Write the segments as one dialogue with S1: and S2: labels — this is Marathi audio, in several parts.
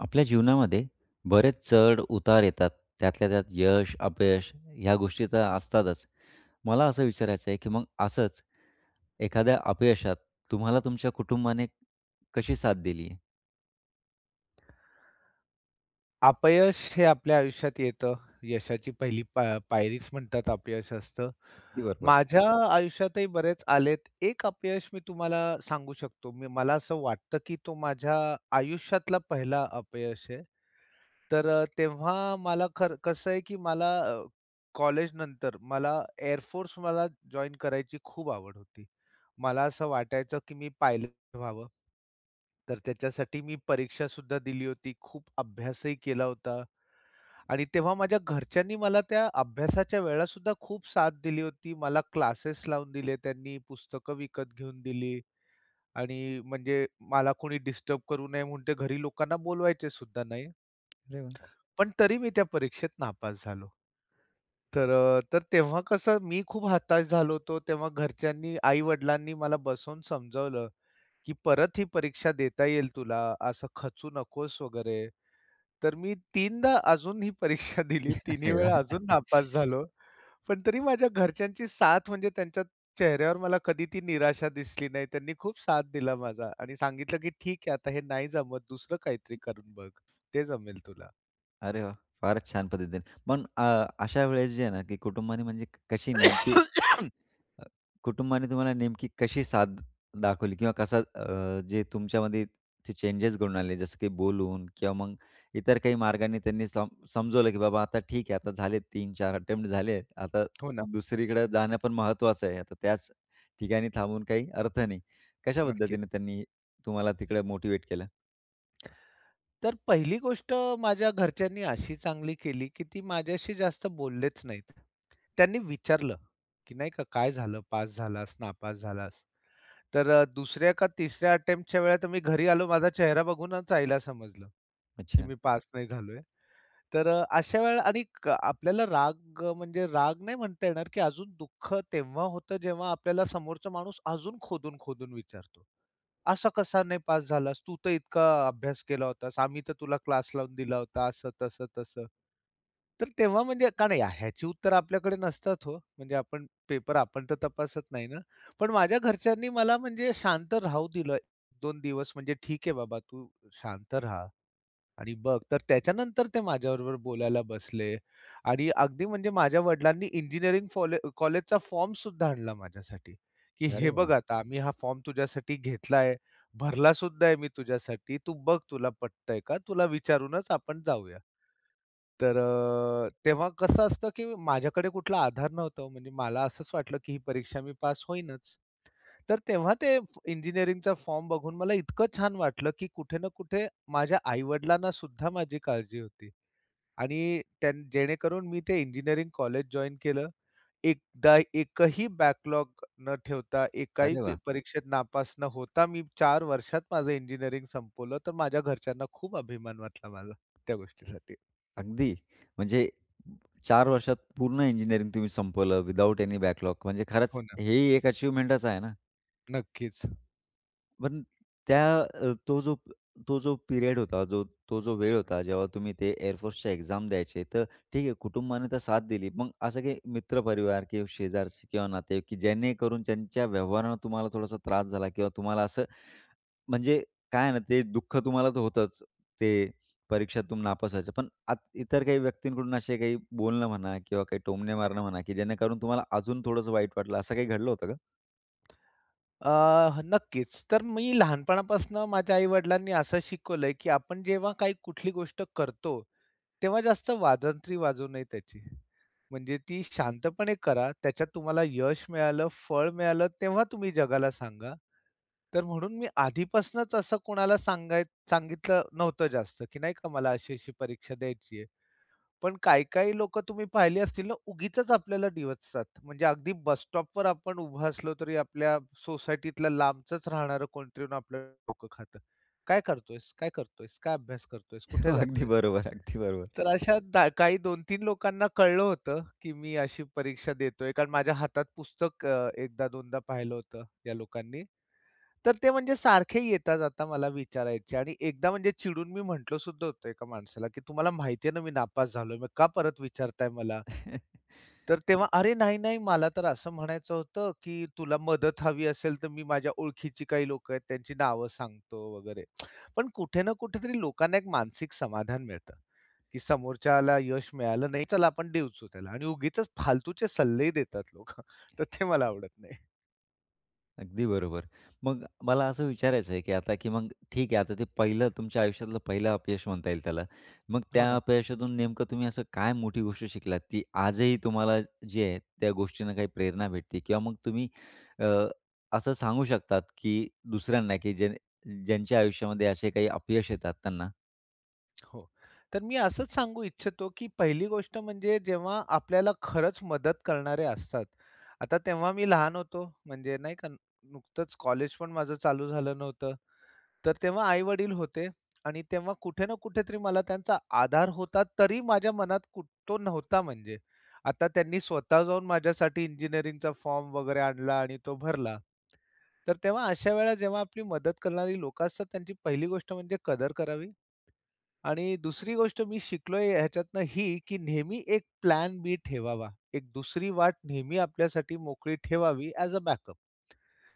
S1: आपल्या जीवनामध्ये बरेच चढ उतार येतात. त्यातल्या त्यात यश, अपयश ह्या गोष्टी तर असतातच. मला असं विचारायचं आहे, की मग असंच एखाद्या अपयशात तुम्हाला तुमच्या कुटुंबाने कशी साथ दिली आहे?
S2: अपयश हे आपल्या आयुष्यात येतं. यशाची पहिली पायरीच म्हणतात अपयश असतं.
S1: अगदी बरोबर.
S2: माझ्या आयुष्यातही बरेच आलेत. एक अपयश मी तुम्हाला सांगू शकतो. मला असं वाटतं, की तो माझ्या आयुष्यातला पहिला अपयश आहे. तर तेव्हा मला खर कसं आहे, की मला कॉलेजनंतर मला एअर फोर्स जॉइन करायची खूप आवड होती. मला असं वाटायचं, की मी पायलट व्हावं. तर त्याच्यासाठी मी परीक्षासुद्धा दिली होती. खूप अभ्यासही केला होता. आणि तेव्हा माझ्या घरच्यांनी मला त्या अभ्यासाच्या वेळा सुद्धा खूप साथ दिली होती. मला क्लासेस लावून दिले त्यांनी, पुस्तकं विकत घेऊन दिली आणि म्हणजे मला कोणी डिस्टर्ब करू नये म्हणून ते घरी लोकांना बोलवायचे सुद्धा नाही.
S1: अरे वाह!
S2: पण तरी मी त्या परीक्षेत नापास झालो. तर तेव्हा कसं मी खूप हताश झालो होतो. तेव्हा घरच्यांनी, आई-वडिलांनी मला बसवून समजावलं, की "परत ही परीक्षा देता येईल तुला, असं खचू नकोस" वगैरे. तर मी 3दा अजून ही परीक्षा दिली. तिन्ही
S1: अरे
S2: वेळा
S1: वाह!
S2: अजून नापास झालो. पण तरी माझ्या घरच्यांची साथ म्हणजे त्यांच्या चेहऱ्यावर मला कधी ती निराशा दिसली नाही. त्यांनी खूप साथ दिला माझा आणि सांगितलं, की "ठीक आहे आता हे नाही जमत दुसरं काहीतरी करून बघ. ते जमेल तुला."
S1: अरे वाह! फारच छान पद्धतीने. पण अ, अशा वेळेस जे आहे ना, की कुटुंबाने म्हणजे कशी नेमकी कुटुंबाने तुम्हाला नेमकी कशी साथ दाखवली किंवा जे तुमच्यामध्ये ते चेंजेस घडून आले, जसं की बोलून किंवा मग इतर काही मार्गाने त्यांनी समजवलं, की बाबा आता ठीक आहे, आता झाले 3-4 अटेम्प्ट झाले. आता
S2: हो ना.
S1: दुसरीकडे जाणं पण महत्त्वाचं आहे. आता त्याच ठिकाणी थांबून काही अर्थ नाही. कशा
S2: नक्कीच.
S1: पद्धतीने त्यांनी तुम्हाला तिकडे मोटिव्हेट केलं?
S2: तर पहिली गोष्ट माझ्या घरच्यांनी अशी चांगली केली, की ती माझ्याशी जास्त बोललेच नाहीत. त्यांनी विचारलं, की नाही का "काय झालं? पास झालास, नापास झालास?" तर दुसऱ्या का तिसऱ्या अटेम्प्टच्या वेळेला तर मी घरी आलो. माझा चेहरा बघूनच आईला समजलं, की
S1: अच्छा.
S2: मी पास नाही झालोय. तर अशा वेळेला आणि आपल्याला राग म्हणजे राग नाही म्हणता येणार, की अजून दुःख तेव्हा होतं, जेव्हा आपल्याला समोरचा माणूस अजून खोदून-खोदून विचारतो, "असा कसा नाही पास झालास? तू तर इतका अभ्यास केला होतास. आम्ही तर तुला क्लास लावून दिला होता." असं, तसं, तसं. तर तेव्हा म्हणजे का नाही ह्याची उत्तरं आपल्याकडे नसतात हो. म्हणजे आपण पेपर तर तपासत नाही ना. पण माझ्या घरच्यांनी मला म्हणजे शांत राहू दिलं 1 दिवस, म्हणजे "ठीक आहे बाबा, तू शांत राहा." आणि बघ, तर त्याच्यानंतर ते माझ्याबरोबर बोलायला बसले आणि अगदी म्हणजे माझ्या वडिलांनी इंजिनिअरिंग कॉलेजचा फॉर्म सुद्धा आणला माझ्यासाठी, की
S1: अरे
S2: "हे बघ
S1: वाह!
S2: आता आम्ही हा फॉर्म तुझ्यासाठी घेतलाय, भरला सुद्धा आहे मी तुझ्यासाठी. तू बघ तुला पटतंय का? तुला विचारूनच आपण जाऊया." तर तेव्हा कसं असतं, की माझ्याकडे कुठला आधार नव्हता हो, म्हणजे मला असंच वाटलं, की ही परीक्षा मी पास होईनच. तर तेव्हा ते इंजिनिअरिंगचा फॉर्म बघून मला इतकं छान वाटलं, की कुठे ना कुठे माझ्या आई-वडिलांना सुद्धा माझी काळजी होती आणि जेणेकरून मी ते इंजिनिअरिंग कॉलेज जॉइन केलं. एकदा एकही बॅकलॉग न ठेवता, एकाही
S1: अरे वाह!
S2: परीक्षेत नापास न होता मी 4 वर्षात माझं इंजिनिअरिंग संपवलं. तर माझ्या घरच्यांना खूप अभिमान वाटला माझा त्या गोष्टीसाठी.
S1: अगदी म्हणजे 4 वर्षात पूर्ण इंजिनिअरिंग तुम्ही संपवलं विदाऊट एनी बॅकलॉग, म्हणजे
S2: हो
S1: खरंच
S2: ना.
S1: हे एक अचीव्हमेंटच आहे ना.
S2: नक्कीच.
S1: पण त्या अ, तो जो तो जो पिरियड होता, जो तो जो वेळ होता, जेव्हा तुम्ही ते एअर फोर्सच्या एक्झाम द्यायचे, तर ठीक आहे, कुटुंबाने तर साथ दिली. मग असं काही मित्रपरिवार किंवा शेजारचे किंवा नाते, की जेणेकरून त्यांच्या व्यवहारानं तुम्हाला थोडासा त्रास झाला किंवा तुम्हाला असं म्हणजे, काय आहे ना, ते दुःख तुम्हाला तर होतंच, ते परीक्षेतून नापास व्हायचं. पण आत इतर काही व्यक्तींकडून असे काही बोलणं म्हणा किंवा काही टोमणे मारणं म्हणा, की जेणेकरून तुम्हाला अजून थोडंसं वाईट वाटलं, असं काही घडलं होतं का?
S2: अ, नक्कीच. तर मी लहानपणापासून माझ्या आई-वडिलांनी असं शिकवलंय, की आपण जेव्हा काही कुठली गोष्ट करतो तेव्हा जास्त वाजंत्री वाजू नये त्याची. म्हणजे ती शांतपणे करा. त्याच्यात तुम्हाला यश मिळालं, फळ मिळालं, तेव्हा तुम्ही जगाला सांगा. तर म्हणून मी आधीपासूनच असं कोणाला सांगितलं नव्हतं जास्त, की नाही का मला अशी-अशी परीक्षा द्यायची पण काही-काही लोकं तुम्ही पाहिली असतील ना, उगीचच आपल्याला डिवचतात. म्हणजे अगदी बस स्टॉपवर आपण उभं असलो तरी आपल्या सोसायटीतला लांबचंच राहणारं कोणतरी येऊन आपलं डोकं खातं. "काय करतोयस? काय करतोयस? काय अभ्यास करतोयस? कुठे
S1: अगदी
S2: जातोयस?"
S1: बरोबर, अगदी बरोबर.
S2: तर अशा दा काही 2-3 लोकांना कळलं होतं, की मी अशी परीक्षा देतोय. कारण माझ्या हातात पुस्तक 1दा-2दा पाहिलं होतं या लोकांनी. तर ते म्हणजे सारखे येता जाता मला विचारायचे आणि एकदा म्हणजे चिडून मी म्हटलो सुद्धा होतो एका माणसाला, की "तुम्हाला माहिती आहे ना मी नापास झालोय, मग का परत विचारताय मला?" तर तेव्हा, "अरे नाही, नाही, मला तर असं म्हणायचं होतं, की तुला मदत हवी असेल तर मी माझ्या ओळखीची काही लोकं आहेत त्यांची नावं सांगतो वगैरे." पण कुठे ना कुठेतरी लोकांना एक मानसिक समाधान मिळतं, की समोरच्याला यश मिळालं नाही, चला आपण देऊचू त्याला आणि उगीचच फालतूचे सल्लेही देतात लोकं. तर ते मला आवडत नाही.
S1: अगदी बरोबर. मग मला असं विचारायचं आहे, की आता, की मग ठीक आहे, आता ते पहिलं तुमच्या आयुष्यातलं पहिलं अपयश म्हणता येईल त्याला. मग
S2: हो
S1: त्या
S2: ना.
S1: अपयशातून नेमकं तुम्ही असं काय मोठी गोष्ट शिकलात, की आजही तुम्हाला जी आहे त्या गोष्टीनं काही प्रेरणा भेटते किंवा मग अ, असं सांगू शकतात, की दुसऱ्यांना, की ज्यांच्या आयुष्यामध्ये असे काही अपयश येतात त्यांना.
S2: हो. तर मी असंच सांगू इच्छितो, की पहिली गोष्ट म्हणजे जेव्हा आपल्याला खरंच मदत करणारे असतात. आता तेव्हा मी लहान होतो, म्हणजे नाही का नुकतंच कॉलेज पण माझं चालू झालं नव्हतं. तर तेव्हा आई-वडील होते आणि तेव्हा कुठे ना कुठेतरी मला त्यांचा आधार होता, तरी माझ्या मनात तो नव्हता म्हणजे. आता त्यांनी स्वतः जाऊन माझ्यासाठी इंजिनिअरिंगचा फॉर्म वगैरे आणला आणि तो भरला. तर तेव्हा अशा वेळेला जेव्हा आपली मदत करणारी लोकं असतात, त्यांची पहिली गोष्ट म्हणजे कदर करावी. आणि दुसरी गोष्ट मी शिकलोय ह्याच्यातनं ही, की नेहमी एक प्लॅन बी ठेवावा. एक दुसरी वाट नेहमी आपल्यासाठी मोकळी ठेवावी ॲज अ बॅकअप.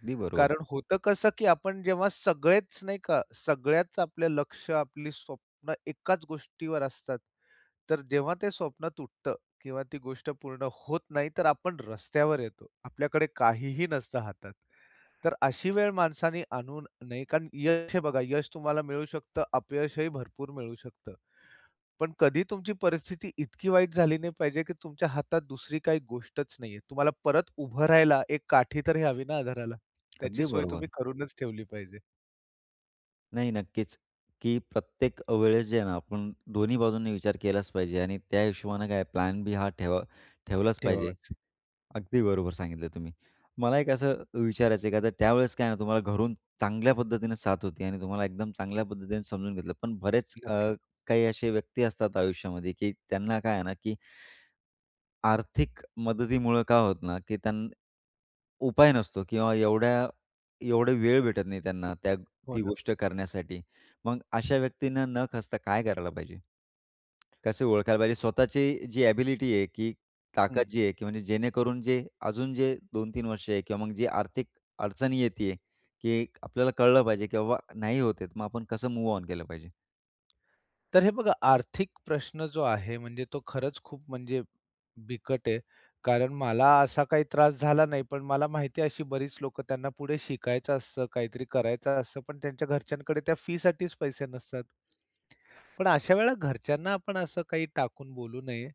S1: अगदी बरोबर,
S2: कारण होतं कसं, की आपण जेव्हा सगळेच नाही का, सगळ्याच आपलं लक्ष, आपली स्वप्न एकाच गोष्टीवर असतात. तर जेव्हा ते स्वप्न तुटतं किंवा ती गोष्ट पूर्ण होत नाही, तर आपण रस्त्यावर येतो. आपल्याकडे काहीही नसतं हातात. तर अशी वेळ माणसाने आणून नाही कारण यश हे बघा, यश तुम्हाला मिळू शकतं, अपयशही भरपूर मिळू शकतं. पण कधी तुमची परिस्थिती इतकी वाईट झाली नाही पाहिजे, की तुमच्या हातात दुसरी काही गोष्टच नाहीये. तुम्हाला परत उभं राहायला एक काठी तरी हवी ना आधाराला. त्याची
S1: अगदी
S2: सोय तुम्ही
S1: बरोबर.
S2: करूनच ठेवली पाहिजे.
S1: नाही, नक्कीच, की प्रत्येक वेळेस जे आहे ना, आपण दोन्ही बाजूंनी विचार केलाच पाहिजे आणि त्या हिशोबानं काय प्लॅन बी हा ठेवलाच पाहिजे.
S2: ठेवावाच.
S1: अगदी बरोबर सांगितलं तुम्ही. मला एक असं विचारायचं आहे, का तर त्यावेळेस काय ना तुम्हाला घरून चांगल्या पद्धतीने साथ होती आणि तुम्हाला एकदम चांगल्या पद्धतीने समजून घेतलं. पण
S2: नक्की.
S1: काही असे व्यक्ती असतात आयुष्यामध्ये, की त्यांना काय आहे ना, की आर्थिक मदतीमुळं काय होतं ना, की उपाय नसतो किंवा एवढा वेळ भेटत नाही त्यांना
S2: हो
S1: ती
S2: ना.
S1: गोष्ट करण्यासाठी. मग अशा व्यक्तींना न खचता काय करायला पाहिजे? कसे ओळखायला पाहिजे स्वतःची जी ॲबिलिटी आहे, की
S2: हं.
S1: ताकद जी आहे, की म्हणजे जेणेकरून जे अजून 2 तीन वर्ष आहे किंवा मग जी आर्थिक अडचणी येतीये, की आपल्याला कळलं पाहिजे, की बाबा नाही होत आहे, तर मग आपण कसं मूव्ह ऑन केलं पाहिजे.
S2: तर हे बघा आर्थिक प्रश्न जो आहे म्हणजे तो खरंच खूप म्हणजे बिकट आहे. कारण मला असा काही त्रास झाला नाही, पण मला माहिती आहे अशी बरीच लोक त्यांना पुढे शिकायचं असतं, काहीतरी करायचं असतं, पण त्यांच्या घरच्यांकडे त्या फीसाठीच पैसे नसतात. पण अशा वेळेला घरच्यांना आपण असं काही टाकून बोलू नये.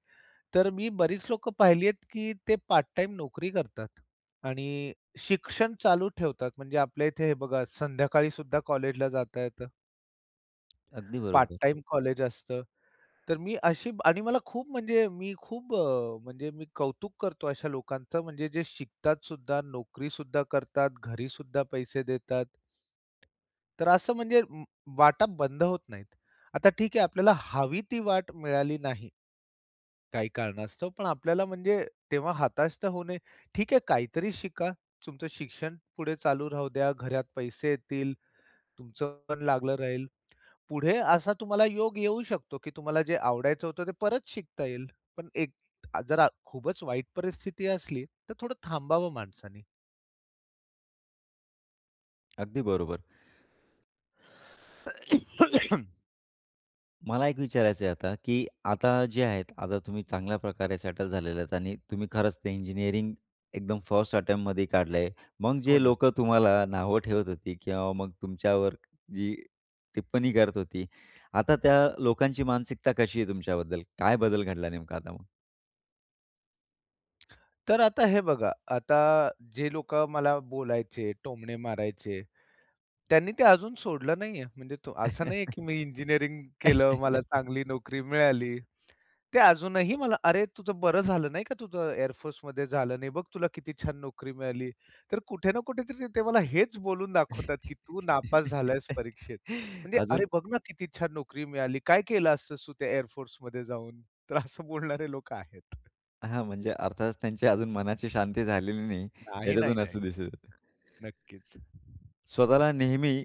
S2: तर मी बरीच लोकं पाहिली आहेत, की ते पार्ट टाईम नोकरी करतात आणि शिक्षण चालू ठेवतात. म्हणजे आपल्या इथे हे बघा संध्याकाळी सुद्धा कॉलेजला जाता येतं.
S1: अगदी
S2: पार्ट
S1: बरोबर,
S2: टाईम कॉलेज असतं. तर मी अशी आणि मला खूप म्हणजे मी खूप म्हणजे मी कौतुक करतो अशा लोकांचं म्हणजे जे शिकतात सुद्धा, नोकरी सुद्धा करतात, घरी सुद्धा पैसे देतात. तर असं म्हणजे वाटा बंद होत नाहीत. आता ठीक आहे आपल्याला हवी ती वाट मिळाली नाही काही कारणास्तव, पण आपल्याला म्हणजे तेव्हा हताश तर होऊ ठीक आहे काहीतरी शिका, तुमचं शिक्षण पुढे चालू राहू द्या, घरात पैसे येतील, तुमचं पण लागलं राहील. पुढे असा तुम्हाला योग येऊ शकतो, की तुम्हाला जे आवडायचं होतं ते परत शिकता येईल. पण एक जर खूपच वाईट परिस्थिती असली, तर थोडं थांबावं माणसाने.
S1: अगदी बरोबर. मला एक विचारायचं आहे आता, की आता जे आहेत, आता तुम्ही चांगल्या प्रकारे सेटल झालेले आहेत आणि तुम्ही खरंच ते इंजिनिअरिंग एकदम फर्स्ट अटेम्प्टमध्ये काढलंय. मग
S2: हो
S1: जे
S2: ना.
S1: लोक तुम्हाला नावं ठेवत होती किंवा मग तुमच्यावर जी टिप्पणी करत होती, आता त्या लोकांची मानसिकता कशी आहे तुमच्याबद्दल? काय बदल घडला नेमका आता मग?
S2: तर आता हे बघा, आता जे लोकं मला बोलायचे, टोमणे मारायचे, त्यांनी ते अजून सोडलं नाहीये. म्हणजे तो असं नाहीये, की मी इंजिनिअरिंग केलं, मला चांगली नोकरी मिळाली. ते अजूनही मला, "अरे, तुझं बरं झालं नाही का तुझं एअर फोर्समध्ये झालं नाही बघ, तुला किती छान नोकरी मिळाली." तर कुठे ना कुठेतरी ते मला हेच बोलून दाखवतात, की "तू नापास झालायस परीक्षेत." म्हणजे, "अरे,
S1: अजून
S2: बघ ना किती छान नोकरी मिळाली. काय केलं असतंस तू त्या एअर फोर्समध्ये जाऊन?" तर असं बोलणारे लोकं आहेत.
S1: हां, म्हणजे अर्थातच त्यांची अजून मनाची शांती झालेली नाही,
S2: नाही, नाही,
S1: याच्यातून
S2: नाही.
S1: असं दिसत होतं.
S2: नक्कीच.
S1: स्वतःला नेहमी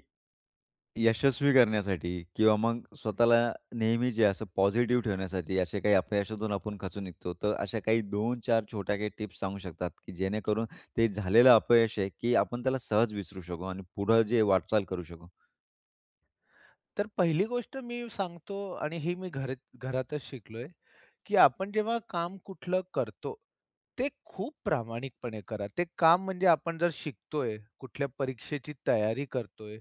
S1: यशस्वी करण्यासाठी किंवा मग स्वतःला नेहमी जे असं पॉझिटिव्ह ठेवण्यासाठी, असे काही अपयशातून आपण खचून निघतो. तर अशा काही 2-4 छोट्या काही टिप्स सांगू शकतात, की जेणेकरून ते झालेलं अपयश आहे, की आपण त्याला सहज विसरू शकू आणि पुढं जे वाटचाल करू शकू.
S2: तर पहिली गोष्ट मी सांगतो आणि ही मी घरातच शिकलोय, की आपण जेव्हा काम कुठलं करतो, ते खूप प्रामाणिकपणे करा. ते काम म्हणजे आपण जर शिकतोय, कुठल्या परीक्षेची तयारी करतोय,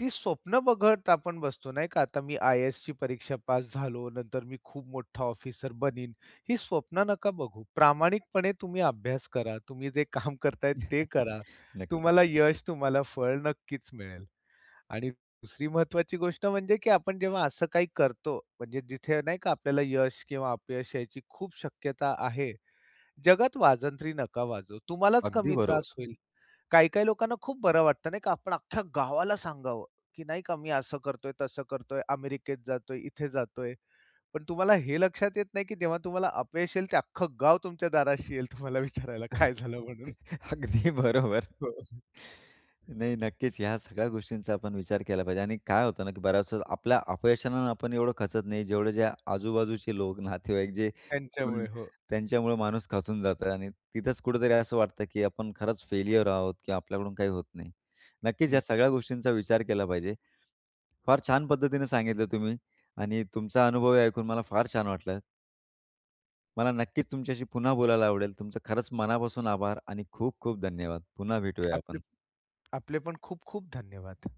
S2: ती स्वप्न बघत आपण बसतो नाही का? आता मी आय-ए-एसची परीक्षा पास झालो, नंतर मी खूप मोठा ऑफिसर बनीन. ही स्वप्न नका बघू. प्रामाणिकपणे तुम्ही अभ्यास करा. तुम्ही जे काम करताय ते करा.
S1: नक्की.
S2: तुम्हाला यश, तुम्हाला फळ नक्कीच मिळेल. आणि दुसरी महत्वाची गोष्ट म्हणजे, की आपण जेव्हा असं काही करतो, म्हणजे जिथे नाही का आपल्याला यश किंवा अपयश यायची खूप शक्यता आहे. जगात वाजंत्री नका वाजवू. तुम्हालाच
S1: अगदी
S2: कमी त्रास
S1: बरोबर.
S2: होईल. काही-काही लोकांना खूप बरं वाटतं नाही का, आपण अख्ख्या गावाला सांगावं, की नाही का मी असं करतोय, तसं करतोय, अमेरिकेत जातोय, इथे जातोय. पण तुम्हाला हे लक्षात येत नाही, की जेव्हा तुम्हाला अपयश येईल, ते अख्खं गाव तुमच्या दाराशी येईल तुम्हाला विचारायला काय झालं म्हणून.
S1: अगदी बरोबर.
S2: हो.
S1: नाही, नक्कीच ह्या सगळ्या गोष्टींचा आपण विचार केला पाहिजे आणि काय होतं ना, की बऱ्याच वेळेस आपल्या अपयशानं आपण एवढं खचत नाही, जेवढे जे आजूबाजूचे लोक, नातेवाईक, अं,
S2: त्यांच्यामुळे हो,
S1: त्यांच्यामुळे माणूस खचून जातं आणि तिथंच कुठेतरी असं वाटतं, की आपण खरंच फेल्युअर आहोत किंवा आपल्याकडून काही होत नाही. नक्कीच या
S2: नक्की.
S1: सगळ्या गोष्टींचा विचार केला पाहिजे. फार छान पद्धतीने सांगितलं तुम्ही आणि तुमचा अनुभवही ऐकून मला फार छान वाटलं. मला नक्कीच तुमच्याशी पुन्हा बोलायला आवडेल. तुमचं खरंच मनापासून आभार आणि खूप खूप धन्यवाद. पुन्हा भेटूया
S2: आपले
S1: आपण.
S2: आपले पण खूप खूप धन्यवाद.